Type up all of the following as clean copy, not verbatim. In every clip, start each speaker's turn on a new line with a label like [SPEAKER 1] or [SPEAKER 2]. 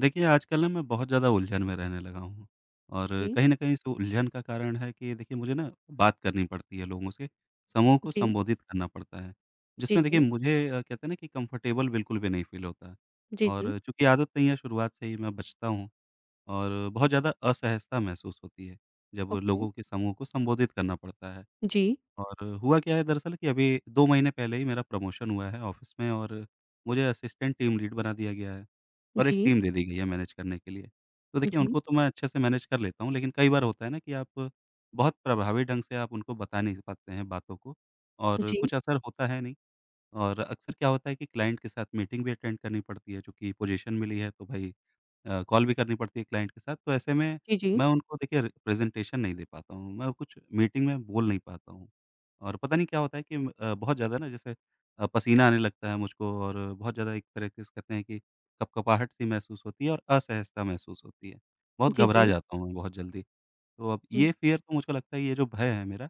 [SPEAKER 1] देखिए, आजकल ना मैं बहुत ज़्यादा उलझन में रहने लगा हूँ। और
[SPEAKER 2] जी,
[SPEAKER 1] कहीं न कहीं इस उलझन का कारण है कि देखिए, मुझे ना बात करनी पड़ती है लोगों से, समूह को
[SPEAKER 2] जी,
[SPEAKER 1] संबोधित करना पड़ता है,
[SPEAKER 2] जी,
[SPEAKER 1] जिसमें देखिए
[SPEAKER 2] जी,
[SPEAKER 1] मुझे कहते हैं ना कि कंफ़र्टेबल बिल्कुल भी नहीं फ़ील होता।
[SPEAKER 2] जी, जी,
[SPEAKER 1] और चूँकि आदत नहीं है, शुरुआत से ही मैं बचता हूँ और बहुत ज़्यादा असहजता महसूस होती है, जब
[SPEAKER 2] ओके,
[SPEAKER 1] लोगों के समूह को संबोधित करना पड़ता है।
[SPEAKER 2] जी,
[SPEAKER 1] और हुआ क्या है दरअसल कि अभी 2 महीने पहले ही मेरा प्रमोशन हुआ है ऑफ़िस में और मुझे असिस्टेंट टीम लीड बना दिया गया है और एक
[SPEAKER 2] जी,
[SPEAKER 1] टीम दे दी गई है मैनेज करने के लिए। तो देखिए
[SPEAKER 2] जी,
[SPEAKER 1] उनको तो मैं अच्छे से मैनेज कर लेता हूँ, लेकिन कई बार होता है ना कि आप बहुत प्रभावी ढंग से आप उनको बता नहीं पाते हैं बातों को और
[SPEAKER 2] जी,
[SPEAKER 1] कुछ असर होता है नहीं। और अक्सर क्या होता है कि क्लाइंट के साथ मीटिंग भी अटेंड करनी पड़ती है, चूँकि पोजीशन मिली है तो भई कॉल भी करनी पड़ती है क्लाइंट के साथ। तो ऐसे में
[SPEAKER 2] जी, जी,
[SPEAKER 1] मैं उनको देखिए र प्रेज़ेंटेशन नहीं दे पाता हूँ, मैं कुछ मीटिंग में बोल नहीं पाता हूँ। और पता नहीं क्या होता है कि बहुत ज़्यादा ना, जैसे पसीना आने लगता है मुझको और बहुत ज़्यादा एक तरह के से कहते हैं कि कँपकँपाहट सी महसूस होती है और असहजता महसूस होती है। बहुत
[SPEAKER 2] जी,
[SPEAKER 1] घबरा
[SPEAKER 2] जी,
[SPEAKER 1] जाता हूँ मैं बहुत जल्दी। तो अब
[SPEAKER 2] हुँ,
[SPEAKER 1] ये फ़ियर तो मुझको लगता है ये जो भय है मेरा,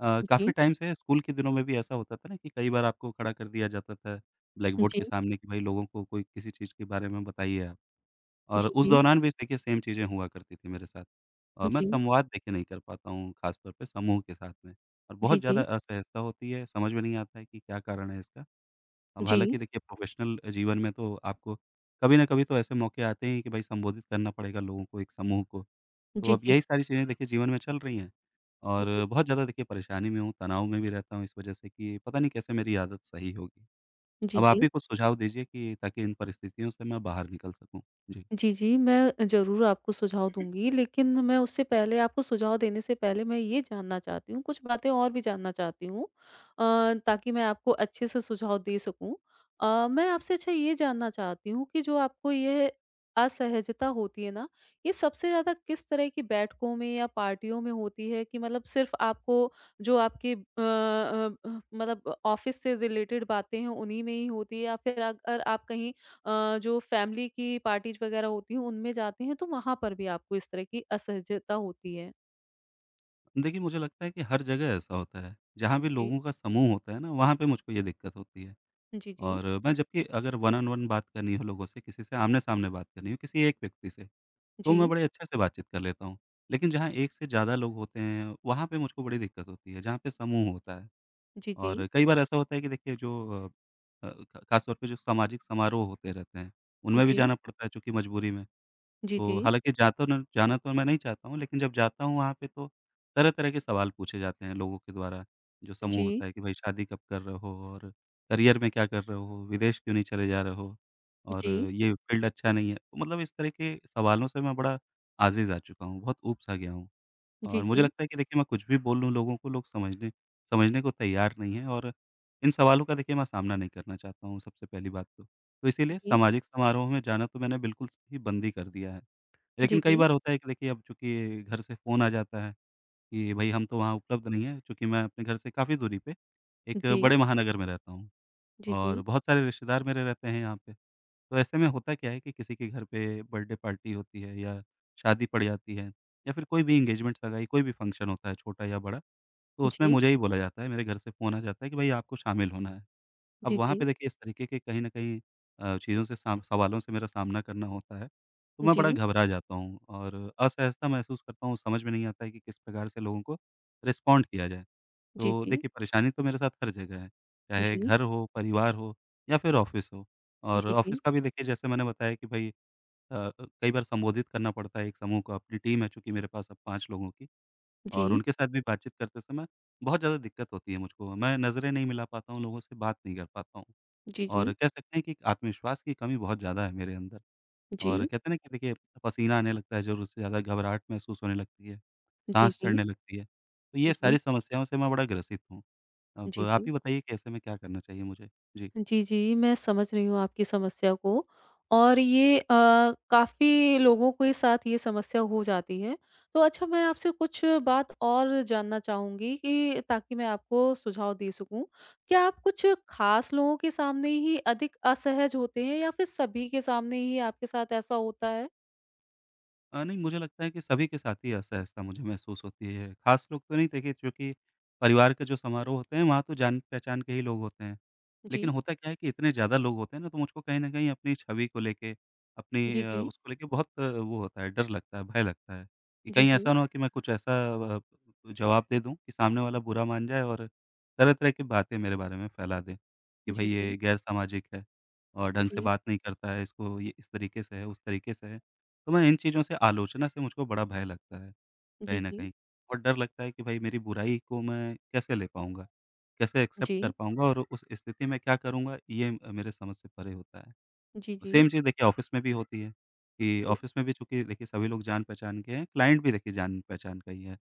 [SPEAKER 2] जी,
[SPEAKER 1] काफ़ी टाइम से है। स्कूल के दिनों में भी ऐसा होता था ना कि कई बार आपको खड़ा कर दिया जाता था ब्लैकबोर्ड
[SPEAKER 2] जी,
[SPEAKER 1] के सामने कि भाई लोगों को कोई किसी चीज़ के बारे में बताइए आप। और उस
[SPEAKER 2] जी,
[SPEAKER 1] दौरान भी देखिए सेम चीज़ें हुआ करती थी मेरे साथ। मैं
[SPEAKER 2] जी,
[SPEAKER 1] संवाद देखिए नहीं कर पाता हूँ, ख़ास तौर पे समूह के साथ में, और
[SPEAKER 2] जी,
[SPEAKER 1] बहुत
[SPEAKER 2] जी,
[SPEAKER 1] ज़्यादा
[SPEAKER 2] जी,
[SPEAKER 1] असहजता होती है, समझ में नहीं आता है कि क्या कारण है इसका। अब
[SPEAKER 2] जी,
[SPEAKER 1] हालाँकि देखिए प्रोफ़ेशनल जीवन में तो आपको कभी न कभी तो ऐसे मौके आते हैं कि भई संबोधित करना पड़ेगा लोगों को, एक समूह को। तो
[SPEAKER 2] जी,
[SPEAKER 1] अब
[SPEAKER 2] जी,
[SPEAKER 1] यही सारी चीज़ें देखिए जीवन में चल रही हैं
[SPEAKER 2] जी, जी,
[SPEAKER 1] और बहुत ज़्यादा देखिए परेशानी में हूँ, तनाव में भी रहता हूँ इस वज़ह से कि पता नहीं कैसे मेरी आदत सही होगी।
[SPEAKER 2] जी,
[SPEAKER 1] अब आप
[SPEAKER 2] जी।
[SPEAKER 1] ही कुछ सुझाव दीजिए कि ताकि इन परिस्थितियों से मैं बाहर निकल सकूँ? जी।
[SPEAKER 2] जी, जी। मैं ज़रूर आपको सुझाव दूँगी, लेकिन मैं उससे पहले आपको सुझाव देने से पहले मैं ये जानना चाहती हूँ, कुछ बातें और भी जानना चाहती हूँ ताकि मैं आपको अच्छे से सुझाव दे सकूँ। मैं आपसे अच्छा ये जानना चाहती हूँ कि जो आपको ये असहजता होती है ना, ये सबसे ज़्यादा किस तरह की बैठकों में या पार्टियों में होती है कि मतलब सिर्फ़ आपको जो आपके मतलब ऑफ़िस से रिलेटेड बातें हैं, उन्हीं में ही होती है या फिर अगर आप कहीं जो फैमिली की पार्टीज़ वगैरह होती हैं, उनमें जाते हैं, तो वहाँ पर भी आपको इस तरह की असहजता होती है?
[SPEAKER 1] देखिए, मुझे लगता है कि हर जगह ऐसा होता है। जहाँ भी
[SPEAKER 2] जी।
[SPEAKER 1] लोगों का समूह होता है ना, वहाँ पे मुझको ये दिक्कत होती है।
[SPEAKER 2] जी, जी।
[SPEAKER 1] और मैं जबकि अगर वन ऑन वन बात करनी हो लोगों से, किसी से आमने-सामने बात करनी हो, किसी एक व्यक्ति से, तो मैं
[SPEAKER 2] जी।
[SPEAKER 1] बड़े अच्छे से बातचीत कर लेता हूँ। लेकिन जहाँ एक से ज़्यादा लोग होते हैं, वहाँ पे मुझको बड़ी दिक्कत होती है, जहाँ पे समूह होता है।
[SPEAKER 2] जी, जी।
[SPEAKER 1] और कई बार ऐसा होता है कि देखिए जो अ अ, ख खास तौर पे जो सामाजिक समारोह होते रहते हैं, उनमें भी
[SPEAKER 2] जी।
[SPEAKER 1] जाना पड़ता है चूँकि मजबूरी में।
[SPEAKER 2] जी, जी।
[SPEAKER 1] तो हालाँकि जाता न जाना तो मैं नहीं चाहता हूँ, लेकिन जब जाता हूँ वहाँ पे तो तरह-तरह के सवाल पूछे जाते हैं लोगों के द्वारा, जो समूह
[SPEAKER 2] जी।
[SPEAKER 1] होता है कि भाई शादी कब कर रहे हो और करियर में क्या कर रहे हो, विदेश क्यों नहीं चले जा रहे हो और
[SPEAKER 2] जी।
[SPEAKER 1] ये फील्ड अच्छा नहीं है। तो मतलब इस तरह के सवालों से मैं बड़ा आज़िज़ आ चुका हूँ, बहुत ऊब सा गया हूँ।
[SPEAKER 2] जी,
[SPEAKER 1] और मुझे
[SPEAKER 2] जी।
[SPEAKER 1] लगता है कि देखिए मैं कुछ भी बोल लूँ लोगों को, लोग समझने समझने को तैयार नहीं हैं। और इन सवालों का देखिए मैं सामना नहीं करना चाहता हूँ सबसे पहली बात तो। तो इसीलिए
[SPEAKER 2] जी।
[SPEAKER 1] सामाजिक समारोह में जाना तो मैंने बिल्कुल ही बंद ही कर दिया है।
[SPEAKER 2] जी,
[SPEAKER 1] लेकिन कई
[SPEAKER 2] जी।
[SPEAKER 1] बार होता है कि देखिए अब चूँकि घर से फ़ोन आ जाता है कि भई हम तो वहाँ उपलब्ध नहीं हैं, चूँकि मैं अपने घर से काफ़ी दूरी पे एक
[SPEAKER 2] जी।
[SPEAKER 1] बड़े महानगर में रहता हूँ
[SPEAKER 2] जी,
[SPEAKER 1] और
[SPEAKER 2] जी।
[SPEAKER 1] बहुत सारे रिश्तेदार मेरे रहते हैं यहाँ पे। तो ऐसे में होता क्या है कि किसी के घर पे बर्थडे पार्टी होती है या शादी पड़ जाती है या फिर कोई भी एंगेजमेंट, सगाई, कोई भी फंक्शन होता है छोटा या बड़ा, तो उसमें
[SPEAKER 2] जी।
[SPEAKER 1] मुझे ही बोला जाता है, मेरे घर से फ़ोन आ जाता है कि भई आपको शामिल होना है। अब
[SPEAKER 2] जी,
[SPEAKER 1] वहाँ
[SPEAKER 2] जी।
[SPEAKER 1] पे देखिए इस तरीके के कहीं न कहीं चीज़ों से साम सवालों से मेरा सामना करना होता है, तो मैं बड़ा
[SPEAKER 2] जी।
[SPEAKER 1] घबरा जाता हूँ और असहजता महसूस करता हूँ, समझ में नहीं आता है कि किस प्रकार से लोगों को रिस्पॉन्ड किया जाए। तो देखिए परेशानी तो मेरे साथ हर जगह है, चाहे घर हो, परिवार हो या फिर ऑफ़िस हो। और
[SPEAKER 2] जी, जी।
[SPEAKER 1] ऑफ़िस का भी देखिए जैसे मैंने बताया कि भई अ अ, कई बार संबोधित करना पड़ता है एक समूह को। अपनी टीम है चूँकि मेरे पास अब 5 लोगों की, और
[SPEAKER 2] जी।
[SPEAKER 1] उनके साथ भी बातचीत करते समय बहुत ज़्यादा दिक्कत होती है मुझको। मैं नज़रें नहीं मिला पाता हूँ, लोगों से बात नहीं कर पाता हूँ।
[SPEAKER 2] जी,
[SPEAKER 1] और
[SPEAKER 2] जी।
[SPEAKER 1] कह सकते हैं कि एक आत्मविश्वास की कमी बहुत ज़्यादा है मेरे अंदर। और
[SPEAKER 2] जी।
[SPEAKER 1] कहते हैं ना कि देखिए पसीना आने लगता है, ज़रूरत से ज़्यादा घबराहट महसूस होने लगती है,
[SPEAKER 2] जी,
[SPEAKER 1] साँस
[SPEAKER 2] जी।
[SPEAKER 1] चढ़ने लगती है। तो ये
[SPEAKER 2] जी।
[SPEAKER 1] सारी समस्याओं से मैं बड़ा ग्रसित हूँ।
[SPEAKER 2] जी,
[SPEAKER 1] अब
[SPEAKER 2] जी। जी। जी, जी। जी
[SPEAKER 1] आप
[SPEAKER 2] जी
[SPEAKER 1] ही बताइए कि ऐसे में क्या करना चाहिए मुझे? जी।
[SPEAKER 2] जी, जी, मैं समझ रही हूँ आपकी समस्या को और ये काफ़ी लोगों के साथ ये समस्या हो जाती है। तो अच्छा मैं आपसे कुछ बात और जानना चाहूँगी कि ताकि मैं आपको सुझाव दे सकूँ। क्या आप कुछ ख़ास लोगों के सामने ही अधिक असहज होते हैं या फिर सभी के सामने ही आपके साथ ऐसा होता है?
[SPEAKER 1] नहीं, मुझे लगता है कि सभी के साथ ही ऐसा ऐसा मुझे महसूस होती है। ख़ास लोग तो नहीं देखिए, क्योंकि परिवार के जो समारोह होते हैं वहाँ तो जान-पहचान के ही लोग होते हैं। लेकिन
[SPEAKER 2] जी।
[SPEAKER 1] होता क्या है कि इतने ज़्यादा लोग होते हैं ना, तो मुझको कहीं न कहीं अपनी छवि को लेके, अपनी
[SPEAKER 2] जी, जी।
[SPEAKER 1] उसको लेके बहुत वो होता है, डर लगता है, भय लगता है कि
[SPEAKER 2] जी,
[SPEAKER 1] कहीं
[SPEAKER 2] जी।
[SPEAKER 1] ऐसा ना हो कि मैं कुछ ऐसा अ, जवाब दे दूँ कि सामने वाला बुरा मान जाए और तरह-तरह की बातें मेरे बारे में फैला दें कि भई
[SPEAKER 2] जी, जी।
[SPEAKER 1] ये गैर सामाजिक है और ढंग से
[SPEAKER 2] जी।
[SPEAKER 1] बात नहीं करता है, इसको ये इस तरीके से है, उस तरीके से है। तो मैं इन चीज़ों से आलोचना से मुझको बड़ा भय लगता है,
[SPEAKER 2] जी,
[SPEAKER 1] कहीं न
[SPEAKER 2] जी।
[SPEAKER 1] कहीं। और डर लगता है कि भई मेरी बुराई को मैं कैसे ले पाऊँगा? कैसे एक्सेप्ट कर
[SPEAKER 2] जी।
[SPEAKER 1] पाऊँगा और उस स्थिति में क्या करूँगा? ये मेरे समझ से परे होता है।
[SPEAKER 2] जी, जी।
[SPEAKER 1] सेम चीज़ देखिए ऑफ़िस में भी होती है, कि
[SPEAKER 2] जी।
[SPEAKER 1] ऑफ़िस में भी चूँकि देखिए सभी लोग जान-पहचान के हैं, क्लाइंट भी देखिए जान-पहचान का ही है।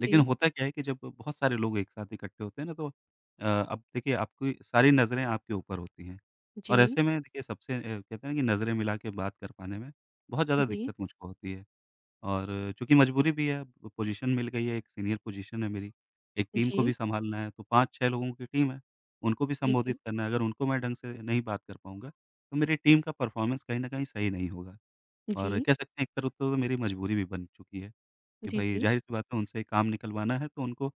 [SPEAKER 1] लेकिन
[SPEAKER 2] जी।
[SPEAKER 1] होता क्या है कि जब बहुत सारे लोग एक साथ इकट्ठे होते हैं ना तो अब देखिए आपकी सारी नज़रें आपके ऊपर होती हैं।
[SPEAKER 2] जी।
[SPEAKER 1] और ऐसे में देखिए सबसे कहते हैं ना कि नज़रें मिला के बात कर पाने में बहुत ज़्यादा
[SPEAKER 2] जी।
[SPEAKER 1] दिक्कत मुझको होती है। और चूँकि मजबूरी भी है, अब पोज़ीशन मिल गई है, एक सीनियर पोज़ीशन है मेरी, एक टीम को
[SPEAKER 2] जी।
[SPEAKER 1] भी सँभालना है, तो 5-6 लोगों की टीम है, उनको भी
[SPEAKER 2] जी। जी। जी।
[SPEAKER 1] संबोधित करना है। अगर उनको मैं ढंग से नहीं बात कर पाऊँगा, तो मेरी टीम का परफ़ॉर्मेंस कहीं न कहीं सही नहीं होगा।
[SPEAKER 2] जी
[SPEAKER 1] और कह सकते हैं एक तरह तो मेरी मजबूरी भी बन चुकी है कि
[SPEAKER 2] जी,
[SPEAKER 1] भई
[SPEAKER 2] जी।
[SPEAKER 1] ज़ाहिर-सी बात है उनसे काम निकलवाना है, तो उनको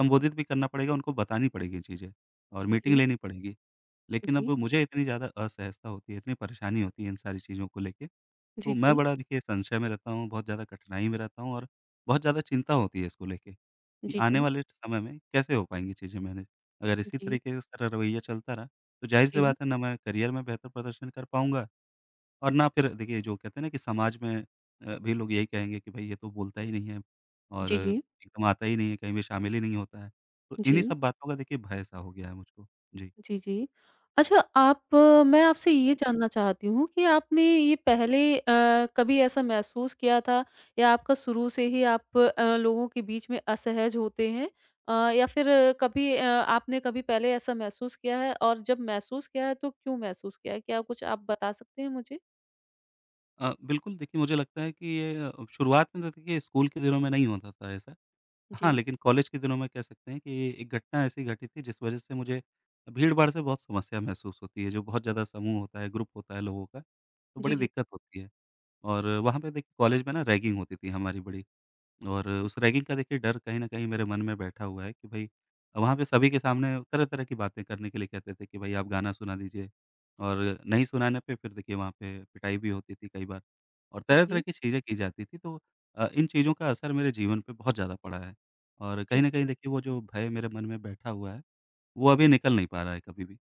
[SPEAKER 1] संबोधित भी करना पड़ेगा, उनको बतानी पड़ेगी चीज़ें और
[SPEAKER 2] जी,
[SPEAKER 1] मीटिंग
[SPEAKER 2] जी।
[SPEAKER 1] लेनी पड़ेगी। लेकिन अब मुझे इतनी ज़्यादा असहजता होती है, इतनी परेशानी होती है इन सारी चीज़ों को लेके, तो
[SPEAKER 2] जी,
[SPEAKER 1] मैं
[SPEAKER 2] जी।
[SPEAKER 1] बड़ा देखिए संशय में रहता हूँ, बहुत ज़्यादा कठिनाई में रहता हूँ और बहुत ज़्यादा चिंता होती है इसको लेके, कि
[SPEAKER 2] जी,
[SPEAKER 1] आने
[SPEAKER 2] जी।
[SPEAKER 1] वाले समय में कैसे हो पाएँगी चीज़ें मैनेज। अगर
[SPEAKER 2] जी,
[SPEAKER 1] इसी
[SPEAKER 2] जी।
[SPEAKER 1] तरीके से सारा रवैया चलता रहा, तो ज़ाहिर-सी
[SPEAKER 2] जी,
[SPEAKER 1] बात है ना मैं करियर में बेहतर प्रदर्शन कर पाऊँगा और ना, फिर देखिए जो कहते हैं ना कि समाज में भी लोग यही कहेंगे कि भई ये तो बोलता ही नहीं है और
[SPEAKER 2] जी।
[SPEAKER 1] एकदम आता ही नहीं है, कहीं भी शामिल ही नहीं होता है। तो इन्हीं सब बातों का देखिए भय-सा हो गया है मुझको। जी।
[SPEAKER 2] जी, जी, जी। अच्छा आप मैं आपसे ये जानना चाहती हूँ कि आपने ये पहले कभी ऐसा महसूस किया था या आपका शुरू से ही आप लोगों के बीच में असहज होते हैं? या फिर कभी आपने कभी पहले ऐसा महसूस किया है और जब महसूस किया है तो क्यों महसूस किया है? क्या कुछ आप बता सकते हैं मुझे?
[SPEAKER 1] बिल्कुल देखिए मुझे लगता है कि ये शुरुआत में तो देखिए स्कूल के दिनों में नहीं होता था ऐसा। हाँ,
[SPEAKER 2] जी।
[SPEAKER 1] लेकिन कॉलेज के दिनों में कह सकते हैं कि एक घटना ऐसी घटी थी जिस वजह से मुझे भीड़-भाड़ से बहुत समस्या महसूस होती है, जो बहुत ज़्यादा समूह होता है, ग्रुप होता है लोगों का, तो
[SPEAKER 2] जी,
[SPEAKER 1] बड़ी
[SPEAKER 2] जी।
[SPEAKER 1] दिक्कत होती है। और वहाँ पे देखिए कॉलेज में ना रैगिंग होती थी हमारी बड़ी, और
[SPEAKER 2] जी, जी,
[SPEAKER 1] उस रैगिंग का देखिए डर कहीं न कहीं मेरे मन में बैठा हुआ है कि भई वहाँ पे सभी के सामने तरह-तरह की बातें करने के लिए कहते थे कि भई आप गाना सुना दीजिए। और नहीं सुनाने पे फिर देखिए वहाँ पे पिटाई भी होती थी कई बार और तरह-तरह
[SPEAKER 2] जी,
[SPEAKER 1] की चीज़ें की जाती थी, तो इन चीज़ों का असर मेरे जीवन पे बहुत ज़्यादा पड़ा है। और
[SPEAKER 2] जी,
[SPEAKER 1] कहीं न कहीं देखिए वो जो भय मेरे मन में बैठा हुआ है, वो अभी निकल नहीं पा रहा है कभी भी।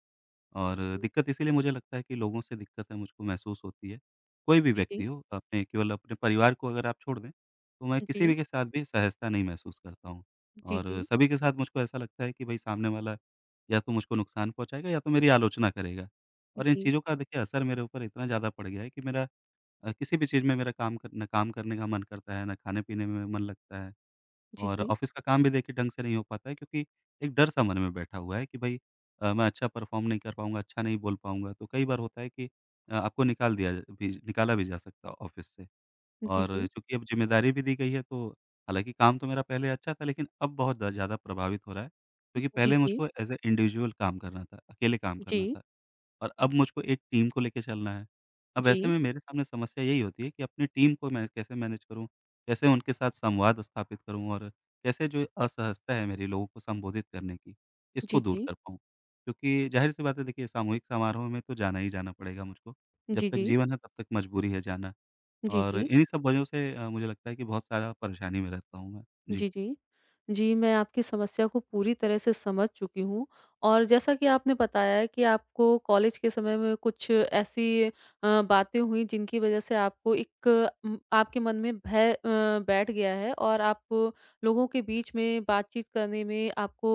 [SPEAKER 1] और दिक्कत इसीलिए मुझे लगता है कि लोगों से दिक्कत है मुझको महसूस होती है। कोई भी
[SPEAKER 2] जी,
[SPEAKER 1] व्यक्ति
[SPEAKER 2] जी,
[SPEAKER 1] हो, आपने केवल अपने परिवार को अगर आप छोड़ दें, तो मैं किसी भी के साथ भी सहजता नहीं महसूस करता हूँ।
[SPEAKER 2] जी,
[SPEAKER 1] और
[SPEAKER 2] जी।
[SPEAKER 1] सभी के साथ मुझको ऐसा लगता है कि भई सामने वाला या तो मुझको नुकसान पहुँचाएगा या तो मेरी आलोचना करेगा। और इन
[SPEAKER 2] जी,
[SPEAKER 1] चीज़ों का देखिए असर मेरे ऊपर इतना ज़्यादा पड़ गया है कि मेरा किसी भी चीज़ में मेरा काम कर ना काम करने का मन करता है, ना खाने-पीने में मन लगता है।
[SPEAKER 2] जी,
[SPEAKER 1] और
[SPEAKER 2] जी।
[SPEAKER 1] ऑफ़िस का काम भी देखिए ढंग से नहीं हो पाता है, क्योंकि एक डर सा मन में बैठा हुआ है कि भई मैं अच्छा परफ़ॉर्म नहीं कर पाऊँगा, अच्छा नहीं बोल पाऊँगा। तो कई बार होता है कि आपको भी निकाला भी जा सकता है ऑफ़िस से।
[SPEAKER 2] जी,
[SPEAKER 1] और
[SPEAKER 2] जी।
[SPEAKER 1] चूँकि अब ज़िम्मेदारी भी दी गई है तो हालाँकि काम तो मेरा पहले अच्छा था, लेकिन अब बहुत द ज़्यादा प्रभावित हो रहा है, क्योंकि
[SPEAKER 2] जी,
[SPEAKER 1] पहले
[SPEAKER 2] जी।
[SPEAKER 1] मुझको एज़ अ इंडिविजुअल काम करना था, अकेले काम
[SPEAKER 2] जी,
[SPEAKER 1] करना
[SPEAKER 2] जी।
[SPEAKER 1] था, और अब मुझको एक टीम को लेके चलना है। अब ऐसे में मेरे सामने समस्या यही होती है कि अपनी टीम को मैं कैसे मैनेज करूँ? कैसे उनके साथ संवाद स्थापित करूँ और कैसे जो असहजता है मेरी लोगों को संबोधित करने की,
[SPEAKER 2] जी,
[SPEAKER 1] इसको दूर
[SPEAKER 2] जी।
[SPEAKER 1] कर पाऊँ? क्योंकि ज़ाहिर-सी बात है देखिए सामूहिक समारोह में तो जाना ही जाना पड़ेगा मुझको, जब
[SPEAKER 2] जी,
[SPEAKER 1] तक
[SPEAKER 2] जी।
[SPEAKER 1] जीवन है तब तक मजबूरी है जाना।
[SPEAKER 2] जी,
[SPEAKER 1] और
[SPEAKER 2] जी।
[SPEAKER 1] इन्हीं सब वजहों से मुझे लगता है कि बहुत सारा परेशानी में रहता हूँ मैं। जी,
[SPEAKER 2] जी, जी। जी, मैं आपकी समस्या को पूरी तरह से समझ चुकी हूँ और जैसा कि आपने बताया है कि आपको कॉलेज के समय में कुछ ऐसी बातें हुई जिनकी वज़ह से आपको एक आपके मन में भय बैठ गया है और आप लोगों के बीच में बातचीत करने में आपको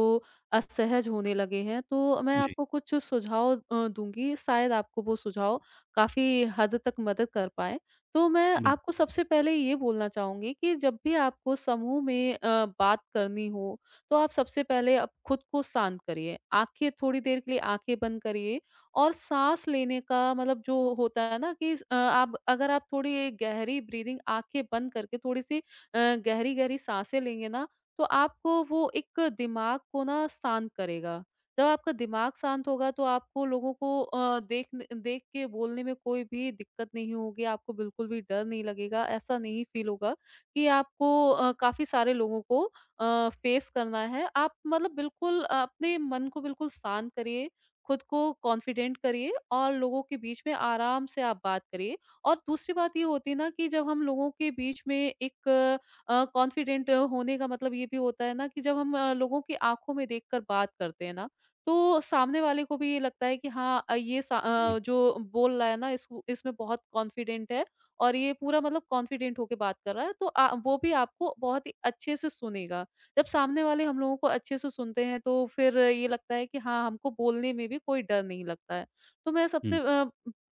[SPEAKER 2] असहज होने लगे हैं। तो मैं
[SPEAKER 1] जी,
[SPEAKER 2] आपको कुछ सुझाव दूँगी, शायद आपको वो सुझाव काफ़ी हद तक मदद कर पाएँ। तो मैं
[SPEAKER 1] बिल
[SPEAKER 2] आपको सबसे पहले ये बोलना चाहूँगी कि जब भी आपको समूह में बात करनी हो, तो आप सबसे पहले आप खुद को शांत करिए। आँखें थोड़ी देर के लिए आँखें बंद करिए और साँस लेने का मतलब जो होता है ना कि आप अगर आप थोड़ी गहरी ब्रीदिंग आँखें बंद करके थोड़ी-सी गहरी-गहरी साँसें लेंगे ना, तो आपको वो एक दिमाग को ना शांत करेगा। जब आपका दिमाग शांत होगा तो आपको लोगों को देख देख के बोलने में कोई भी दिक्कत नहीं होगी, आपको बिल्कुल भी डर नहीं लगेगा, ऐसा नहीं फील होगा कि आपको काफ़ी सारे लोगों को फेस करना है। आप मतलब बिल्कुल अपने मन को बिल्कुल शांत करिए, खुद को कॉन्फिडेंट करिए और लोगों के बीच में आराम से आप बात करिए। और दूसरी बात ये होती है ना कि जब हम लोगों के बीच में एक कॉन्फिडेंट होने का मतलब ये भी होता है ना कि जब हम लोगों की आँखों में देखकर बात करते हैं ना तो सामने वाले को भी ये लगता है कि हाँ ये
[SPEAKER 1] जी,
[SPEAKER 2] जो बोल रहा है ना इसको इसमें बहुत कॉन्फिडेंट है और ये पूरा मतलब कॉन्फिडेंट होके बात कर रहा है तो वो भी आपको बहुत ही अच्छे से सुनेगा। जब सामने वाले हम लोगों को अच्छे से सुनते हैं तो फिर ये लगता है कि हाँ हमको बोलने में भी कोई डर नहीं लगता है। तो मैं सबसे
[SPEAKER 1] हुँ,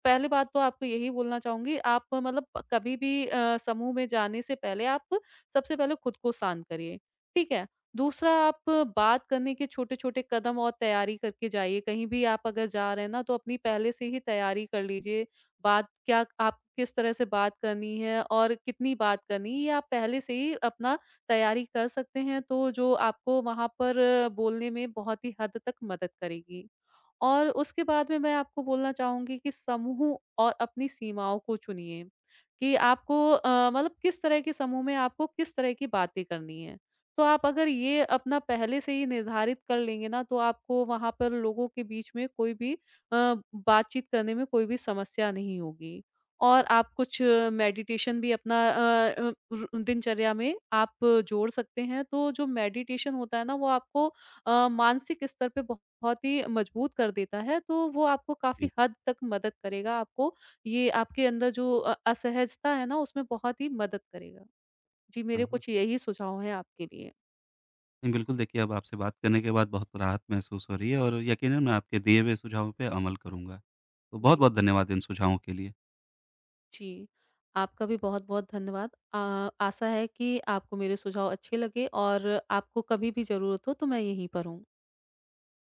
[SPEAKER 2] पहली बात तो आपको यही बोलना चाहूँगी आप मतलब कभी भी समूह में जाने से पहले आप सबसे पहले खुद को शांत करिए। ठीक है? दूसरा आप बात करने के छोटे-छोटे कदम और तैयारी करके जाइए। कहीं भी आप अगर जा रहे हैं ना, तो अपनी पहले से ही तैयारी कर लीजिए। बात क्या आप किस तरह से बात करनी है और कितनी बात करनी है, ये आप पहले से ही अपना तैयारी कर सकते हैं, तो जो आपको वहाँ पर बोलने में बहुत ही हद तक मदद करेगी। और उसके बाद में मैं आपको बोलना चाहूँगी कि समूह और अपनी सीमाओं को चुनिए कि आपको मतलब किस तरह के समूह में आपको किस तरह की बातें करनी है। तो आप अगर ये अपना पहले से ही निर्धारित कर लेंगे ना तो आपको वहाँ पर लोगों के बीच में कोई भी बातचीत करने में कोई भी समस्या नहीं होगी। और आप कुछ मेडिटेशन भी अपना अ, अ, रु दिनचर्या में आप जोड़ सकते हैं। तो जो मेडिटेशन होता है ना वो आपको मानसिक स्तर पे बहुत ही मजबूत कर देता है, तो वो आपको काफ़ी
[SPEAKER 1] जी।
[SPEAKER 2] हद तक मदद करेगा, आपको ये आपके अंदर जो असहजता है ना, उसमें बहुत ही मदद करेगा। जी, मेरे
[SPEAKER 1] हाँ, हाँ।
[SPEAKER 2] कुछ यही सुझाव हैं आपके लिए।
[SPEAKER 1] नहीं, बिल्कुल देखिए अब आपसे बात करने के बाद बहुत राहत महसूस हो रही है और यकीनन मैं आपके दिए हुए सुझावों पे अमल करूँगा। तो
[SPEAKER 2] जी।
[SPEAKER 1] बहुत-बहुत धन्यवाद इन सुझावों के लिए।
[SPEAKER 2] जी, आपका भी बहुत-बहुत धन्यवाद। आशा है कि आपको मेरे सुझाव अच्छे लगे और आपको कभी भी ज़रूरत हो तो मैं यहीं पर हूँ।